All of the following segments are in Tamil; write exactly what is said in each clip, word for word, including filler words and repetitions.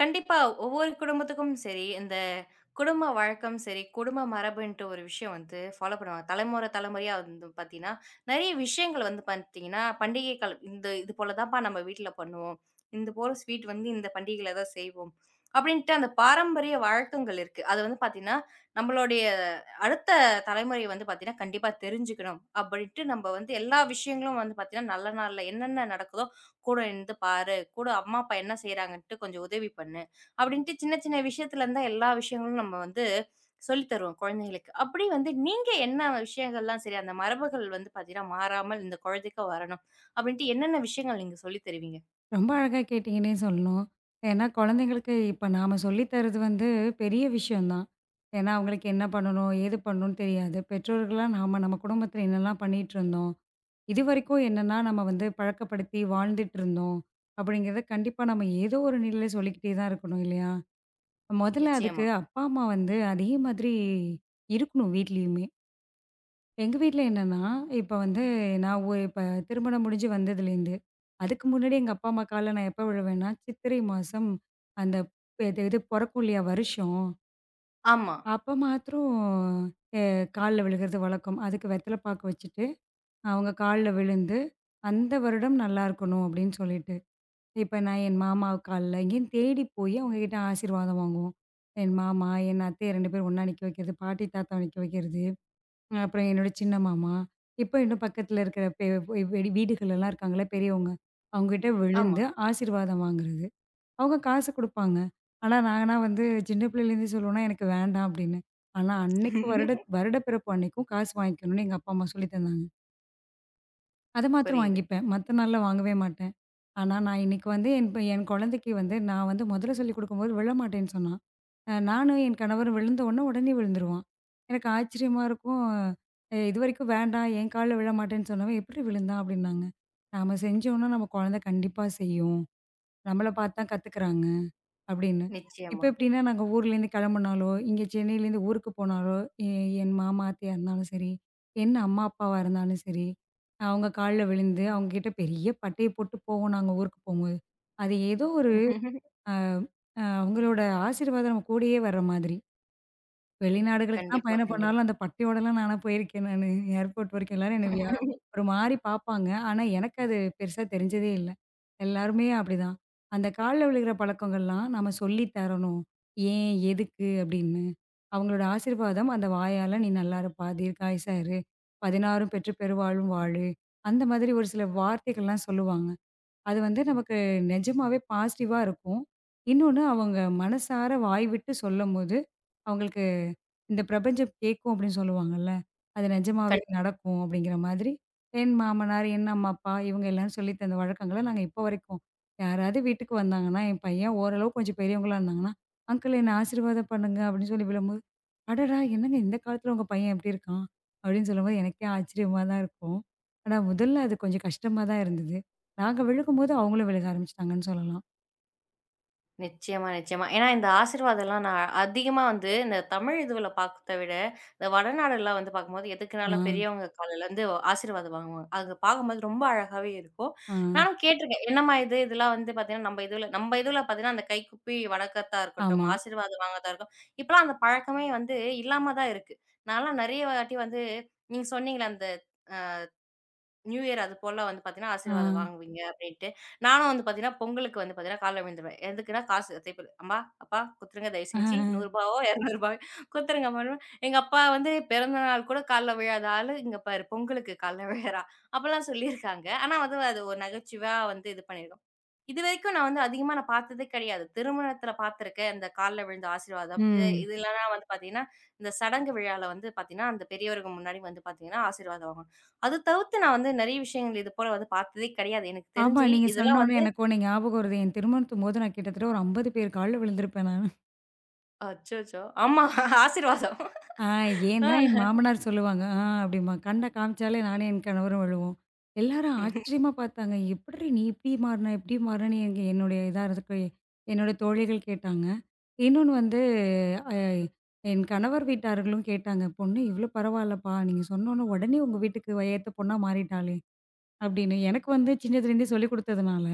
கண்டிப்பா. ஒவ்வொரு குடும்பத்துக்கும் சரி, இந்த குடும்ப வழக்கம் சரி, குடும்ப மரபுன்ட்டு ஒரு விஷயம் வந்து ஃபாலோ பண்ணுவாங்க. தலைமுறை, தலைமுறையா வந்து பார்த்தீங்கன்னா, நெறைய விஷயங்கள் வந்து பார்த்தீங்கன்னா, பண்டிகை காலம் இந்த இது போல தான்ப்பா நம்ம வீட்ல பண்ணுவோம். இந்த போல ஸ்வீட் வந்து இந்த பண்டிகையில தான் செய்வோம். அப்படின்ட்டு அந்த பாரம்பரிய வழக்கங்கள் இருக்கு. அது வந்து பார்த்தீங்கன்னா, நம்மளுடைய அடுத்த தலைமுறை வந்து பார்த்தீங்கன்னா, கண்டிப்பா தெரிஞ்சுக்கணும். அப்படின்ட்டு நம்ம வந்து எல்லா விஷயங்களும் வந்து பார்த்தீங்கன்னா, நல்ல நாள்ல என்னென்ன நடக்குதோ கூட நின்னு பாரு. கூட அம்மா, அப்பா என்ன செய்றாங்கன்ட்டு கொஞ்சம் உதவி பண்ணு. அப்படின்ட்டு சின்ன சின்ன விஷயத்துல இருந்தா எல்லா விஷயங்களும் நம்ம வந்து சொல்லி தருவோம் குழந்தைகளுக்கு. அப்படி வந்து நீங்க என்ன விஷயங்கள்லாம் சரி அந்த மரபுகள் வந்து பார்த்தீங்கன்னா, மாறாமல் இந்த குழந்தைக்கு வரணும். அப்படின்ட்டு என்னென்ன விஷயங்கள் நீங்க சொல்லி தருவீங்க? ரொம்ப அழகா கேட்டீங்கன்னே சொல்லணும். ஏன்னா குழந்தைங்களுக்கு இப்ப நாம சொல்லி தர்றது வந்து பெரிய விஷயம் தான். ஏன்னா அவங்களுக்கு என்ன பண்ணணும், ஏது பண்ணணும்னு தெரியாது. பெற்றோர்களா நாம நம்ம குடும்பத்தில என்னலாம் பண்ணிட்டுருந்தோம். இதுவரைக்கும் என்னன்னா நம்ம வந்து பழக்கப்படுத்தி வாழ்ந்துட்டுருந்தோம். அப்படிங்கிறத கண்டிப்பா நம்ம ஏதோ ஒரு நிலையில சொல்லிக்கிட்டே தான் இருக்கணும் இல்லையா? முதல்ல நிச்சயமா. அதுக்கு அப்பா, அம்மா வந்து அதே மாதிரி இருக்கணும் வீட்லயுமே. எங்க வீட்ல என்னன்னா, இப்ப வந்து நான் ஒரு இப்ப திருமணம் முடிஞ்சு வந்ததுலேருந்து, அதுக்கு முன்னாடி எங்க அப்பா, அம்மா கால்ல நான் எப்ப விழுவேன்னா, சித்திரை மாசம் அந்த ப- இது இது பொறக்கும் இல்லையா வருஷம், ஆமா, அப்ப மாத்திரம் அ கால்ல விழுகிறது வழக்கம். அதுக்கு வெத்தல பாக்கு வச்சுட்டு, அவங்க கால்ல விழுந்து, அந்த வருடம் நல்லா இருக்கணும் அப்படின்னு சொல்லிட்டு, இப்ப நான் என் மாமா கால்ல இங்கேன்னு தேடி போய் அவங்ககிட்ட ஆசீர்வாதம் வாங்குவோம். என் மாமா, என் அத்தை ரெண்டு பேரும் ஒண்ணா நிக்க வைக்கிறது, பாட்டி, தாத்தாவ நிக்க வைக்கிறது. அப்புறம் என்னோட சின்ன மாமா, இப்போ இன்னும் பக்கத்துல இருக்கிற பெ வீ வீடு வீடுகள்லாம் இருக்காங்கல்ல பெரியவங்க. அவங்ககிட்ட ஆமா. விழுந்து ஆசீர்வாதம் வாங்குறது. அவங்க காசு குடுப்பாங்க. ஆனா நானா வந்து சின்ன பிள்ளையிலேருந்து சொல்லுவேனா, "எனக்கு வேண்டாம்" அப்படின்னு. ஆனா அன்னைக்கு வருட வருடப்பிறப்பு அன்னைக்கும் காசு வாங்கிக்கணும்னு எங்க அப்பா, அம்மா சொல்லி தந்தாங்க. அத மாத்திரம் புரியுது. வாங்கிப்பேன். மத்த நாள்ல வாங்கவே மாட்டேன். ஆனா, நான் இன்னைக்கு வந்து என் ப என் குழந்தைக்கு வந்து நான் வந்து முதல்ல சொல்லிக் குடுக்கும்போது விழமாட்டேன்னு சொன்னா. அ நானும் என் கணவரும் விழுந்த உடனே, உடனே விழுந்துருவான். எனக்கு ஆச்சரியமா இருக்கும். அ இதுவரைக்கும் வேண்டாம், என் கால்ல விழமாட்டேன்னு சொன்னவன் எப்படி விழுந்தான்? அப்படின்னாங்க. நாம செஞ்சோம்னா நம்ம குழந்தை கண்டிப்பா செய்யும். நம்மள பார்த்து தான் கத்துக்கிறாங்க. அப்படின்னு. இப்ப நிச்சயமா. எப்படின்னா, நாங்க ஊர்லேருந்து கிளம்புனாலோ, இங்க சென்னையிலேருந்து ஊருக்கு போனாலோ, எ என் மாமா, அத்தையா இருந்தாலும் சரி, என் அம்மா, அப்பாவா இருந்தாலும் சரி, அவங்க கால்ல விழுந்து, அவங்க கிட்ட பெரிய பட்டைய போட்டு போவோம் நாங்க ஊருக்கு போம்போது. அது ஏதோ ஒரு அ அ அவங்களோட ஆசீர்வாதம் நம்ம கூடயே வர்ற மாதிரி. வெளிநாடுகளுக்குலாம் கண்டிப்பா, பயணம் பண்ணாலும், கண்டிப்பா. அந்த பட்டையோடலாம் நானா போயிருக்கேன் நானு. ஏர்போர்ட் வரைக்கும் எல்லாரும் என்ன வியா ஒரு மாரி பார்ப்பாங்க. ஆனா, எனக்கு அது பெருசா தெரிஞ்சதே இல்ல. எல்லாருமே அப்படிதான். அந்த கால்ல விழுகிற பழக்கங்கள்லாம் நம்ம சொல்லி தரணும். ஏன்? எதுக்கு? அப்படின்னு. அவங்களோட ஆசீர்வாதம் அந்த வாயால "நீ நல்லா இருப்பா, தீர்காயுசா இரு. பதினாறும் பெற்று பெருவாழும் வாழு." அந்த மாதிரி ஒரு சில வார்த்தைகள்லாம் சொல்லுவாங்க. அது வந்து நமக்கு நிஜமாவே பாசிட்டிவா இருக்கும். இன்னொன்னு அவங்க மனசார வாய் விட்டு சொல்லும்போது, அவங்களுக்கு இந்த பிரபஞ்சம் கேட்கும் அப்படின்னு சொல்லுவாங்கல்ல. அது நிஜமாவே கண் நடக்கும் அப்படிங்கிற மாதிரி, என் மாமனார், என் அம்மா, அப்பா இவங்க எல்லாரும் சொல்லி தந்த வழக்கங்கள நாங்க இப்போ வரைக்கும், யாராவது வீட்டுக்கு வந்தாங்கன்னா, என் பையன் ஓரளவு கொஞ்சம் பெரியவங்களா இருந்தாங்கன்னா, "அங்கிள் என்ன ஆசீர்வாதம் பண்ணுங்க" அப்படின்னு சொல்லி விழும்போது, "அடடா! என்னங்க இந்த காலத்துல உங்க பையன் இப்படி இருக்கான்?" அப்படின்னு சொல்லும்போது எனக்கே ஆச்சரியமா தான் இருக்கும். ஆனா முதல்ல அது கொஞ்சம் கஷ்டமா தான் இருந்தது. நாங்க விழுகும்போது அவங்களும் விழுக ஆரம்பிச்சுட்டாங்கன்னு சொல்லலாம். நிச்சயமா, நிச்சயமா. ஏன்னா இந்த ஆசீர்வாதம்லாம் நான் அதிகமா வந்து இந்த தமிழ் இதுவுல பார்க்கத விட, இந்த வடநாடுலாம் வந்து பார்க்கும்போது ஆ, எதுக்குனாலும் பெரியவங்க கால்லேருந்து ஆசீர்வாதம் வாங்குவாங்க. அத பார்க்கும்போது ரொம்ப அழகாவே இருக்கும். ஆ, நானும் கேட்டுருக்கேன். என்னம்மா இது? இதெல்லாம் வந்து பார்த்தீங்கன்னா, நம்ம இதுல நம்ம இதுல பார்த்தீங்கன்னா, அந்த கைக்குப்பி வணக்கத்தா இருக்கட்டும், ஆமா. ஆசீர்வாதம் வாங்குறதா இருக்கும். இப்பலாம் அந்த பழக்கமே வந்து இல்லாம தான் இருக்கு. நான்லாம் நெறைய வாட்டி வந்து நீங்க சொன்னீங்கல்ல அந்த நியூ இயர் அது போல வந்து பார்த்தீங்கன்னா, ஆ, ஆசீர்வாதம் வாங்குவீங்க அப்டின்ட்டு. நானும் வந்து பார்த்தீங்கன்னா, பொங்கலுக்கு வந்து பார்த்தீங்கன்னா, கால்ல விழுந்துருவேன். எதுக்குன்னா காசு தேய்பில் அம்மா, அப்பா குடுத்துருங்க தயவு ஆ செஞ்சு ரூ. 100வோ, ரூ. 200வோ குடுத்துருங்க அம்மான்னு. எங்க அப்பா வந்து பிறந்த நாள் கூட கால்ல விழாத ஆளு, இங்க பாரு பொங்கலுக்கு கால்ல விழறா. அப்பலாம் சொல்லியிருக்காங்க. ஆனா வந்து அது ஒரு நகைச்சுவையா வந்து இது பண்ணியிருக்கோம். இதுவரைக்கும் நான் வந்து அதிகமா நான் பார்த்ததே கிடையாது. திருமணத்தில பார்த்துருக்கேன். இந்த கால்ல விழுந்த ஆசீர்வாதம். இது ம். இது இல்லன்னா வந்து பார்த்தீங்கன்னா, இந்த சடங்கு விழால வந்து பார்த்தீங்கன்னா, அந்த பெரியவர்கள் முன்னாடி வந்து பார்த்தீங்கன்னா, ஆசீர்வாதம் அது தவிர்த்து நான் வந்து நெறைய விஷயங்கள் இது போல வந்து பார்த்ததே கிடையாது. எனக்கு ஆமா. தெரிஞ்சு நீங்க இதெல்லாம் சொன்னோனே வந்து எனக்கு ஒண்ணு ஞாபகம் வருது. என் திருமணத்தும்போது நான் கிட்டத்தட்ட ஒரு ஐம்பது பேர் கால்ல விழுந்திருப்பேன் நானு. அச்சச்சோ! ஆமா ஆசீர்வாதம். ஆ ஏன்னா ஆ. என் மாமனார் சொல்லுவாங்க. ஆ அப்படிம்பாங்க. கண்ண காமிச்சாலே நானும் என் கணவரும் விழுவோம். எல்லாரும் ஆச்சரியமா பார்த்தாங்க. "எப்புட்ரி நீ இப்படி மாறுன? இப்படி மாறுனன்னு?" எங்க என்னுடைய இதா இருக்கு என்னோட தோழிகள் கேட்டாங்க. இன்னொன்னு வந்து என் கணவர் வீட்டார்களும் கேட்டாங்க. "பொண்ணு இவ்வளோ பரவாயில்லப்பா. நீங்க சொன்னோனே உடனே உங்க வீட்டுக்கு வயத்த பொண்ணா மாறிட்டாளே!" அப்படின்னு. எனக்கு வந்து சின்னதுலேருந்தே சொல்லிக் குடுத்ததுனால,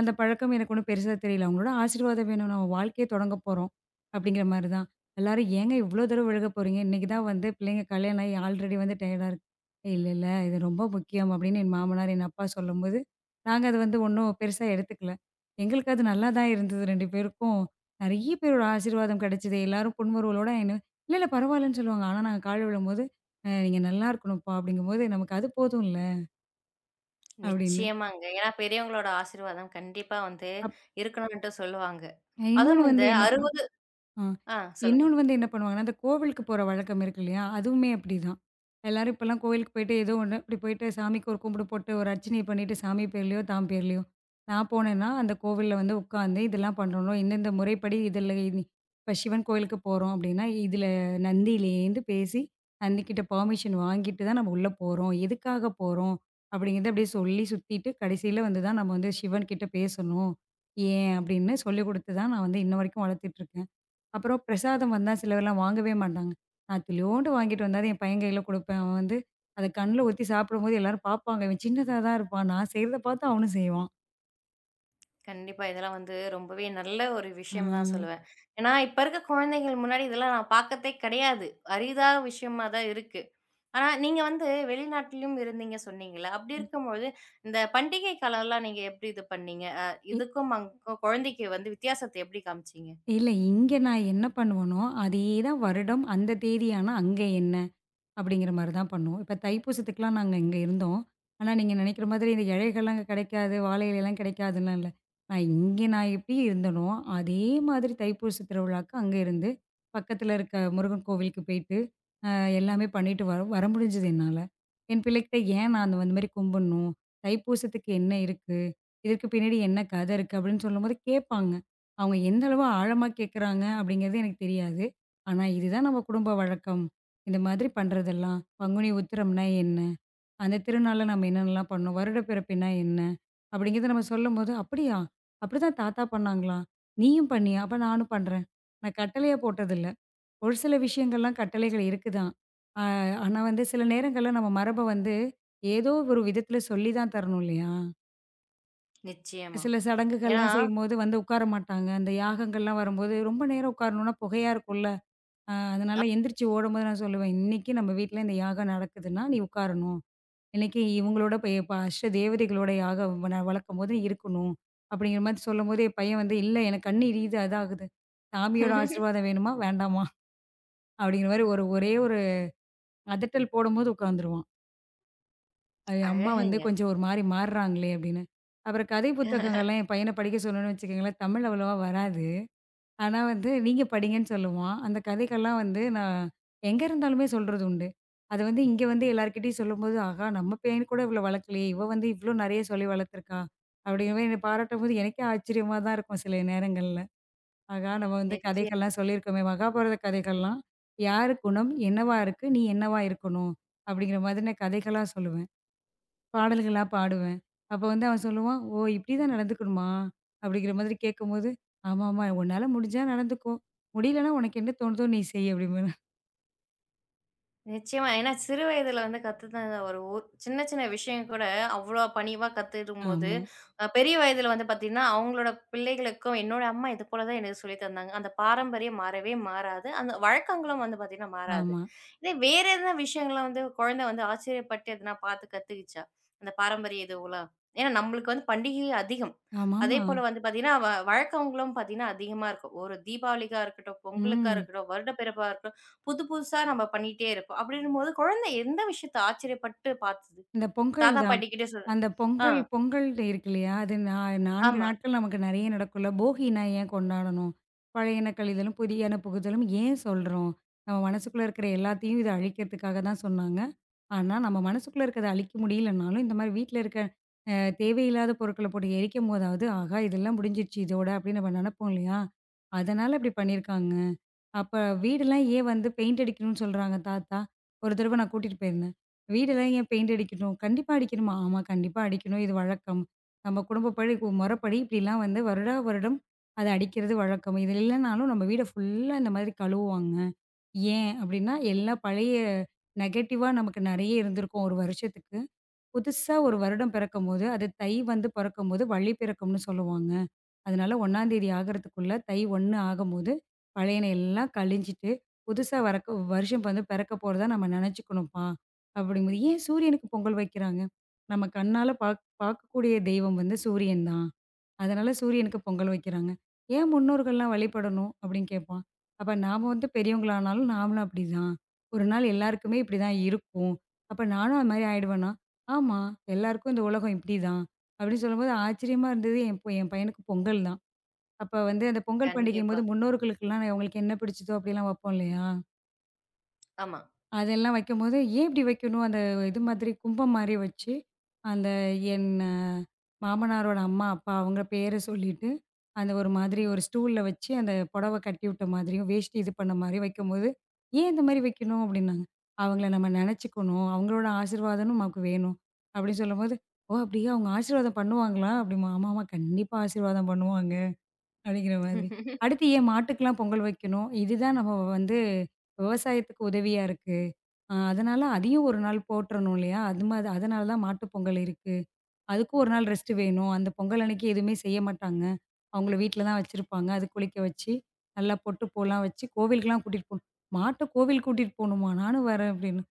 அந்த பழக்கம் எனக்கு ஒண்ணும் பெருசா தெரியல. அவங்களோட ஆசீர்வாதம் வேணும். நம்ம வாழ்க்கைய தொடங்கப் போறோம். அப்படிங்கிற மாரி தான். எல்லாரும் ஏங்க இவ்ளோ தூரம் விலகப் போறீங்க? இன்னைக்கு தான் வந்து பிள்ளைங்க கல்யாணம் ஆகி ஆல்ரெடி வந்து டயர்டா இருக்கு. இல்ல, இல்ல. இது ரொம்ப முக்கியம் அப்படின்னு என் மாமனார், என் அப்பா சொல்லும்போது, நாங்க அது வந்து ஒண்ணும் பெருசா எடுத்துக்கல. எங்களுக்கு அது நல்லா தான் இருந்தது ரெண்டு பேருக்கும். நெறைய பேரோட ஆசீர்வாதம் கிடைச்சது. எல்லாரும் புன்முறுவலோட என்ன இல்ல, இல்ல பரவாயில்லன்னு சொல்லுவாங்க. ஆனா நாங்க கால் விழும்போது, "அ நீங்க நல்லா இருக்கணும்ப்பா" அப்படிங்கும்போது, நமக்கு அது போதும்ல அப்படின்னு. நிச்சயமாங்க. ஏன்னா பெரியவங்களோட ஆசீர்வாதம் கண்டிப்பா வந்து இருக்கணுன்ட்டு சொல்லுவாங்க. அ இன்னொன்னு அதுவும் இந்த வந்து என்ன அறுபது ஆ. ஆ சொல்லுங்க. இன்னொன்னு வந்து என்ன பண்ணுவாங்கன்னா, அந்த கோவிலுக்கு போற வழக்கம் இருக்கு இல்லையா? அதுவுமே அப்படிதான். எல்லாரும் இப்பலாம் கோயிலுக்கு போயிட்டு ஏதோ ஒண்ணு இப்படி போயிட்டு சாமிக்கு ஒரு கும்பிடு போட்டு, ஒரு அர்ச்சனைய பண்ணிட்டு சாமி பேர்லயோ, தான் பேர்லயோ, நான் போனேன்னா அந்த கோவில்ல வந்து உட்காந்து இதெல்லாம் பண்ணணும். இந்தந்த முறைப்படி இதில இனி இப்ப சிவன் கோயிலுக்கு போறோம் அப்படின்னா, இதில நந்தியிலேருந்து பேசி நந்திக்கிட்ட பெர்மிஷன் வாங்கிட்டு தான் நம்ம உள்ள போறோம். எதுக்காக போறோம் அப்படிங்கிறத அப்படியே சொல்லி சுத்திட்டு கடைசியில வந்து தான் நம்ம வந்து சிவன் கிட்ட பேசணும். ஏன் அப்படின்னு சொல்லிக் குடுத்து தான் நான் வந்து இன்ன வரைக்கும் வளர்த்துட்டுருக்கேன். அப்புறம் பிரசாதம் வந்தா சிலர்லாம் வாங்கவே மாட்டாங்க. நான் துளியோண்டு வாங்கிட்டு வந்தா தான் என் பையன் கையில குடுப்பேன். அவன் வந்து அத கண்ல ஊத்தி சாப்பிடும்போது எல்லாரும் பார்ப்பாங்க. இவன் சின்னதா தான் இருப்பான். நான் செய்றத பார்த்து அவனும் செய்வான். கண்டிப்பா இதெல்லாம் வந்து ரொம்பவே நல்ல ஒரு ஆ. விஷயம் தான் சொல்லுவேன். ஏன்னா இப்ப இருக்க குழந்தைகள் முன்னாடி இதெல்லாம் நான் பார்க்கதே கிடையாது. அரிதான விஷயமா தான் இருக்கு. ஆனா, நீங்க வந்து வெளிநாட்டிலும் இருந்தீங்க சொன்னீங்கல்ல. அப்படி ம். இருக்கும்போது, இந்த பண்டிகை காலம்லாம் நீங்க எப்படி இது பண்ணீங்க? அ இ இதுக்கும் அங்க குழந்தைக்கு வந்து வித்தியாசத்த எப்படி காமிச்சீங்க? இல்ல இங்க நான் என்ன பண்ணுவேனோ, அதே தான் வருடம் அந்த தேதி ஆனா அங்க என்ன? அப்படிங்கிற மாரி தான் பண்ணுவோம். இப்ப தைப்பூசத்துக்குலாம் நாங்க இங்க இருந்தோம். ஆனா, நீங்க நெனைக்கிற மாதிரி இந்த இழைகள்லாம் அங்க கிடைக்காது, வாழை இலைலாம் கிடைக்காதுன்லாம் இல்ல. நான் இங்க நான் எப்படி இருந்தேனோ, அதே மாதிரி தைப்பூச திருவிழாக்கு அங்க இருந்து, பக்கத்துல இருக்க முருகன் கோவிலுக்கு போயிட்டு, அ எல்லாமே பண்ணிட்டு வர வர முடிஞ்சது என்னால. என் பிள்ளைகிட்ட ஏன் நான் அந்த மாரி கும்பிடணும்? தைப்பூசத்துக்கு என்ன இருக்கு? இதுக்கு பின்னாடி என்ன கதை இருக்கு? அப்படின்னு சொல்லும்போது கேட்பாங்க. அவங்க எந்த அளவு ஆழமா கேட்குறாங்க அப்படிங்கிறது எனக்கு தெரியாது. ஆனா, இதுதான் நம்ம குடும்ப வழக்கம். இந்த மாதிரி பண்றதெல்லாம். பங்குனி உத்திரம்னா என்ன? அந்த திருநாள்ல நம்ம என்னென்னலாம் பண்ணோம்? வருடப்பிறப்புன்னா என்ன? அப்படிங்கிறத நம்ம சொல்லும்போது, "அப்படியா? அப்படிதான் தாத்தா பண்ணாங்களா? நீயும் பண்ணியா? அப்ப நானும் பண்றேன்." நான் கட்டளையா போட்டதில்ல. ஒரு சில விஷயங்கள்லாம் கட்டளைகள் இருக்கு தான். ஆ ஆனா வந்து சில நேரங்கள்ல நம்ம மரப வந்து ஏதோ ஒரு விதத்தில சொல்லி தான் தரணும் இல்லையா? நிச்சயமா. சில ஏன்னா சடங்குகள்லாம் செய்யும்போது வந்து உட்கார மாட்டாங்க. அந்த யாகங்கள்லாம் வரும்போது ரொம்ப நேரம் உட்காரணும்னா புகையா இருக்கும்ல. அ அதனால எந்திரிச்சு ஓடும்போது நான் சொல்லுவேன், "இன்னைக்கு நம்ம வீட்ல இந்த யாகம் நடக்குதுன்னா, நீ உட்காரணும். இன்னைக்கு இவங்களோட போய் இப்ப அஷ்ட தேவதைகளோட யாகம் வ வளர்க்கும்போது நீ இருக்கணும்." அப்படிங்கிற மாரி சொல்லும்போது, என் பையன் வந்து, "இல்ல எனக்கு கண்ணு எரியுது, அதாகுது. சாமியோட ஆசீர்வாதம் வேணுமா? வேண்டாமா?" அப்படிங்கிற மாரி ஒரு ஒரே ஒரு அதட்டல் போடும்போது உட்காந்துருவான். அது அம்மா வந்து அழகுங்க. கொஞ்சம் ஒரு மாரி மாறுறாங்களே அப்படின்னு. அப்புறம் கதை புத்தகங்கள்லாம் என் பையன படிக்க சொன்னோம்னு வச்சுக்கோங்களேன், தமிழ் அவ்வளவா வராது. ஆனா வந்து, "நீங்க படிங்கன்னு" சொல்லுவான். அந்த கதைகள்லாம் வந்து நான் எங்க இருந்தாலுமே சொல்றது உண்டு. அது வந்து இங்க வந்து எல்லார்கிட்டயும் சொல்லும்போது, "ஆஹா! நம்ம பையன் கூட இவ்வளோ வளர்க்கலையே! இவ வந்து இவ்ளோ நெறைய சொல்லி வளர்த்துருக்கா!" அப்படிங்கிற மாரி என்ன பாராட்டும்போது எனக்கே ஆச்சரியமா தான் இருக்கும் சில நேரங்கள்ல. ஆகா! நம்ம வந்து நிச்சயம். கதைகள்லாம் சொல்லியிருக்கோமே, மகாபாரத கதைகள்லாம், "யாரு குணம் என்னவா இருக்கு? நீ என்னவா இருக்கணும்?" அப்படிங்கிற மாதிரி நான் கதைகளா சொல்லுவேன். பாடல்களா பாடுவேன். அப்போ வந்து அவன் சொல்லுவான், "ஓ! இப்படிதான் நடந்துக்கணுமா?" அப்படிங்கிற மாதிரி கேட்கும்போது, "ஆமாமா, உன்னால முடிஞ்சா நடந்துக்கோ. முடியலன்னா உனக்கு என்ன தோணுதோ நீ செய்" அப்படிம்பேன். நிச்சயமா. ஏன்னா சிறு வயதில வந்து கத்துன ஒரு ஒ சின்ன சின்ன விஷயம் கூட அவ்ளோ பணிவா கத்துக்கும்போது, ஆமா, அ பெரிய வயதில வந்து பாத்தீங்கன்னா, அவங்களோட பிள்ளைகளுக்கும் என்னோட அம்மா இது போல தான் எனக்கு சொல்லித் தந்தாங்க. அந்த பாரம்பரியம் மாறவே மாறாது. அந்த வழக்கங்களும் வந்து பாத்தீங்கன்னா மாறாது. ஆமா, இதே வேற எதனா விஷயங்கள்ல வந்து குழந்தை வந்து ஆச்சரியப்பட்டு எதனா பாத்து கத்துக்கிச்சா? அந்த பாரம்பரிய இதுவலாம். ஏன்னா நம்மளுக்கு வந்து பண்டிகை அதிகம். அதே ஆமாமா. போல வந்து பாத்தீங்கன்னா, வ வழக்கங்களும் பாத்தீங்கன்னா அதிகமா இருக்கும். ஒரு தீபாவளிக்கா இருக்கட்டும், பொங்கலுக்கா ம். இருக்கட்டும், வருடப்பிறப்பா இருக்கட்டும் புது புதுசா நம்ம பண்ணிட்டே இருப்போம். அப்படின்னும்போது குழந்தை எந்த விஷயத்த ஆச்சரியப்பட்டு பார்த்தது? இந்த பொங்கல் தாத்தா, தான். பாட்டிகிட்ட சொல் அந்த ஆ, பொங்கல் பொங்கல் இருக்கு இல்லையா? அது நா நாலு ஆமா. நாட்கள் நமக்கு நெறைய நடக்கும்ல. போகினா ஏன் கொண்டாடணும்? பழையன கழிதலும், புதியன புகுதலும் ஏன் சொல்றோம்? நம்ம மனசுக்குள்ள இருக்கிற எல்லாத்தையும் இத அழிக்கிறதுக்காக தான் சொன்னாங்க. ஆனா, நம்ம மனசுக்குள்ள இருக்கிறத அழிக்க முடியலனாலும், இந்த மாரி வீட்ல இருக்க அ தேவையில்லாத பொருட்கள போட்டு எரிக்கும்போதாவது, ஆஹா இதெல்லாம் முடிஞ்சிருச்சு இதோட, அப்படின்னு நம்ம நெனப்போம் இல்லையா? அதனால இப்படி பண்ணியிருக்காங்க. அப்ப வீடெல்லாம் ஏன் வந்து பெயிண்ட் அடிக்கணும்னு சொல்றாங்க தாத்தா? ஒரு தடவ நான் கூட்டிட்டு போயிருந்தேன். "வீடெல்லாம் ஏன் பெயிண்ட் அடிக்கணும்? கண்டிப்பா அடிக்கணுமா?" "ஆமா, கண்டிப்பா அடிக்கணும். இது வழக்கம். நம்ம குடும்பப்படி கு- முறைப்படி இப்படிலாம் வந்து வருடா வருடம் அத அடிக்கிறது வழக்கம். இது இல்லனாலும் நம்ம வீட ஃபுல்லா இந்த மாதிரி கழுவுவாங்க. ஏன் அப்படின்னா, எல்லா பழைய நெகட்டிவா நமக்கு நெறைய இருந்திருக்கும் ஒரு வருஷத்துக்கு. புதுசா ஒரு வருடம் பிறக்கும்போது, அது தை வந்து பொறக்கும்போது வழி பிறக்கும்னு சொல்லுவாங்க." அதனால முதலாம் தேதி ஆகுறதுக்குள்ள தை ஒன்று ஆகும்போது, பழையன எல்லாம் கழிஞ்சிட்டு, புதுசா வரக்க வருஷம் வந்து பிறக்க போறதா நம்ம நெனச்சுக்கணும்ப்பா. அப்படிங்கும்போது ஏன் சூரியனுக்கு பொங்கல் வைக்கிறாங்க? நம்ம கண்ணால பாக் பார்க்கக்கூடிய தெய்வம் வந்து சூரியன் தான். அதனால சூரியனுக்கு பொங்கல் வைக்கிறாங்க. ஏன் முன்னோர்கள்லாம் வழிபடணும்? அப்படின்னு கேட்பான். அப்ப நாம வந்து பெரியவங்களானாலும் நாமளும் அப்படிதான். ஒரு நாள் எல்லாருக்குமே இப்படிதான் இருக்கும். அப்ப நானும் அது மாரி ஆயிடுவேனா? ஆமா, எல்லாருக்கும் இந்த உலகம் இப்படிதான். அப்படின்னு சொல்லும்போது ஆச்சரியமா இருந்தது என் பொ என் பையனுக்கு பொங்கல் தான். அப்ப வந்து அந்த பொங்கல் கண்டிப்பா. பண்டிகையின்போது முன்னோர்களுக்கெல்லாம் அவங்களுக்கு என்ன பிடிச்சதோ அப்படிலாம் வைப்போம் இல்லையா? ஆமா. அதெல்லாம் வைக்கும்போது, ஏன் இப்படி வைக்கணும்? அந்த இது மாதிரி கும்பம் மாரி வச்சு, அந்த என் அஹ், மாமனாரோட அம்மா, அப்பா அவங்க பேர சொல்லிட்டு, அந்த ஒரு மாதிரி ஒரு ஸ்டூல்ல வச்சு அந்த புடவ கட்டி விட்ட மாதிரியும், வேஷ்டி இது பண்ண மாரியும் வைக்கும்போது, "ஏன் இந்த மாரி வைக்கணும்?" அப்படின்னாங்க. "அவங்கள நம்ம நெனச்சுக்கணும். அவங்களோட ஆசீர்வாதம் நமக்கு வேணும்." அப்படின்னு சொல்லும்போது, "ஓ! அப்படியா? அவங்க ஆசீர்வாதம் பண்ணுவாங்களா?" அப்படிமா. "ஆமாமா, கண்டிப்பா ஆசீர்வாதம் பண்ணுவாங்க." அப்படிங்கிற மாதிரி. அடுத்து ஏன் மாட்டுக்கெல்லாம் பொங்கல் வைக்கணும்? இதுதான் நம்ம வந்து விவசாயத்துக்கு உதவியா இருக்கு. அ அதனால அதையும் ஒரு நாள் போற்றணும் இல்லையா? அது மாரி அதனால தான் மாட்டு பொங்கல் இருக்கு. அதுக்கும் ஒரு நாள் ரெஸ்ட் வேணும். அந்த பொங்கல் அன்னைக்கு எதுவுமே செய்ய மாட்டாங்க. அவங்கள வீட்ல தான் வச்சிருப்பாங்க. அது குளிக்க வச்சு, நல்லா பொட்டு பூலாம் வச்சு, கோவிலுக்கெல்லாம் கூட்டிட்டு போணும். மாட்ட கோவில் கூட்டிட்டு போணுமா? நானும் வரேன் அப்படின்னு.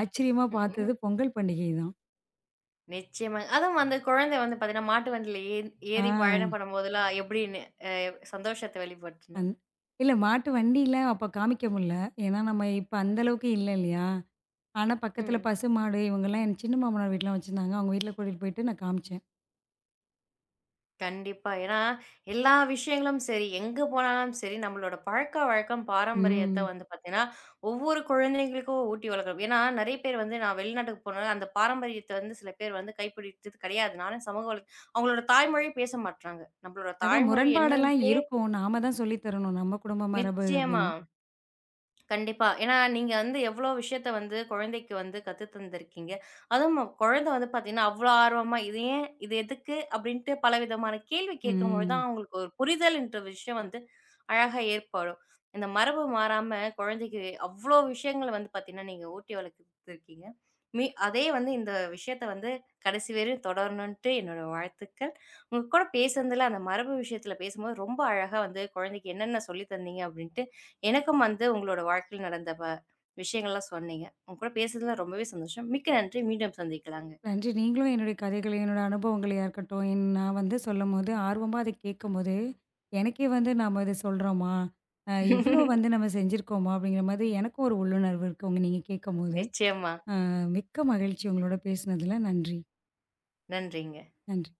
ஆச்சரியமா பார்த்தது பொங்கல் பண்டிகை தான். நிச்சயமா. அதுவும் அந்த குழந்தை வந்து பார்த்தீங்கன்னா, மாட்டு வண்டியில ஏறி ஆ. ஏறி பயணம் பண்ணும்போதெல்லாம் எப்படின்னு அ சந்தோஷத்த வெளிப்படுத்துனா? அந் இல்ல மாட்டு வண்டியில அப்ப காமிக்க முடில. ஏன்னா நம்ம இப்ப அந்த அளவுக்கு இல்ல இல்லையா? ஆனா, பக்கத்துல ம். பசுமாடு இவங்கலாம் என் சின்ன மாமனார் வீட்லாம் வச்சிருந்தாங்க. அவங்க வீட்ல கூட்டிட்டு போயிட்டு நான் காமிச்சேன். கண்டிப்பா. ஏன்னா, எல்லா விஷயங்களும் சரி, எங்க போனாலும் சரி, நம்மளோட பழக்கவழக்கம், பாரம்பரியத்த ம். வந்து பார்த்தீங்கன்னா, ஒவ்வொரு குழந்தைங்களுக்கும் ஊட்டி வளர்க்கணும். ஏன்னா, நிறைய பேர் வந்து நான் வெளிநாட்டுக்கு போனேன். அந்த பாரம்பரியத்த வந்து சில பேர் வந்து கைப்பிடித்தது கிடையாது. நானும் சமூக வலை அவங்களோட தாய்மொழி பேச மாட்றாங்க. நம்மளோட அதான் தாய்மொழி முரண்பாடெல்லாம் என்னன்ட்டே இருக்கும். நாம தான் சொல்லி தரணும். நம்ம குடும்ப மரபு நிச்சயமா. அப்படின்னு. கண்டிப்பா. ஏன்னா, நீங்க வந்து எவ்ளோ விஷயத்த வந்து குழந்தைக்கு வந்து கத்து தந்திருக்கீங்க. அதுவும் குழந்தை வந்து பார்த்தீங்கன்னா, அவ்ளோ ஆர்வமா, "இது ஏன்? இது எதுக்கு?" அப்படீன்ட்டு பலவிதமான கேள்வி கேட்கும்பொழுது ம். தான் அவங்களுக்கு ஒரு புரிதல்ன்ற விஷயம் வந்து அழகா ஏற்படும். இந்த மரபு மாறாம குழந்தைக்கு அவ்ளோ விஷயங்கள வந்து பார்த்தீங்கன்னா, நீங்க ஊட்டி வளர்த்துருக்கீங்க. மீ அதே வந்து இந்த விஷயத்த வந்து கடைசி வரையும் தொடரணுன்ட்டு என்னோட வாழ்த்துக்கள். உங்க கூட பேசுனதுல, அந்த மரபு விஷயத்துல பேசும்போது ரொம்ப அழகா வந்து குழந்தைக்கு என்னென்ன சொல்லி தந்தீங்க? அப்படீன்ட்டு எனக்கும் வந்து உங்களோட வாழ்க்கையில நடந்த வ விஷயங்கள்லாம் சொன்னீங்க. உங்க கூட பேசுனதுல ரொம்பவே சந்தோஷம். மிக்க நன்றி. மீண்டும் சந்திக்கலாங்க. நன்றி. நீங்களும் என்னுடைய கதைகள், என்னோட அனுபவங்களையா இருக்கட்டும், என் நான் வந்து சொல்லும்போது, ஆர்வமா அத கேட்கும்போது, எனக்கே வந்து நாம இத சொல்றோமா? அ இவ்ளோ வந்து நம்ம செஞ்சிருக்கோமா? அப்படிங்கிற மாதிரி எனக்கும் ஒரு உள்ளுணர்வு இருக்கு. உங்க நீங்க கேட்கும்போது. நிச்சயமா. அ மிக்க மகிழ்ச்சி உங்களோட பேசினதுல. நன்றி. நன்றிங்க. நன்றி.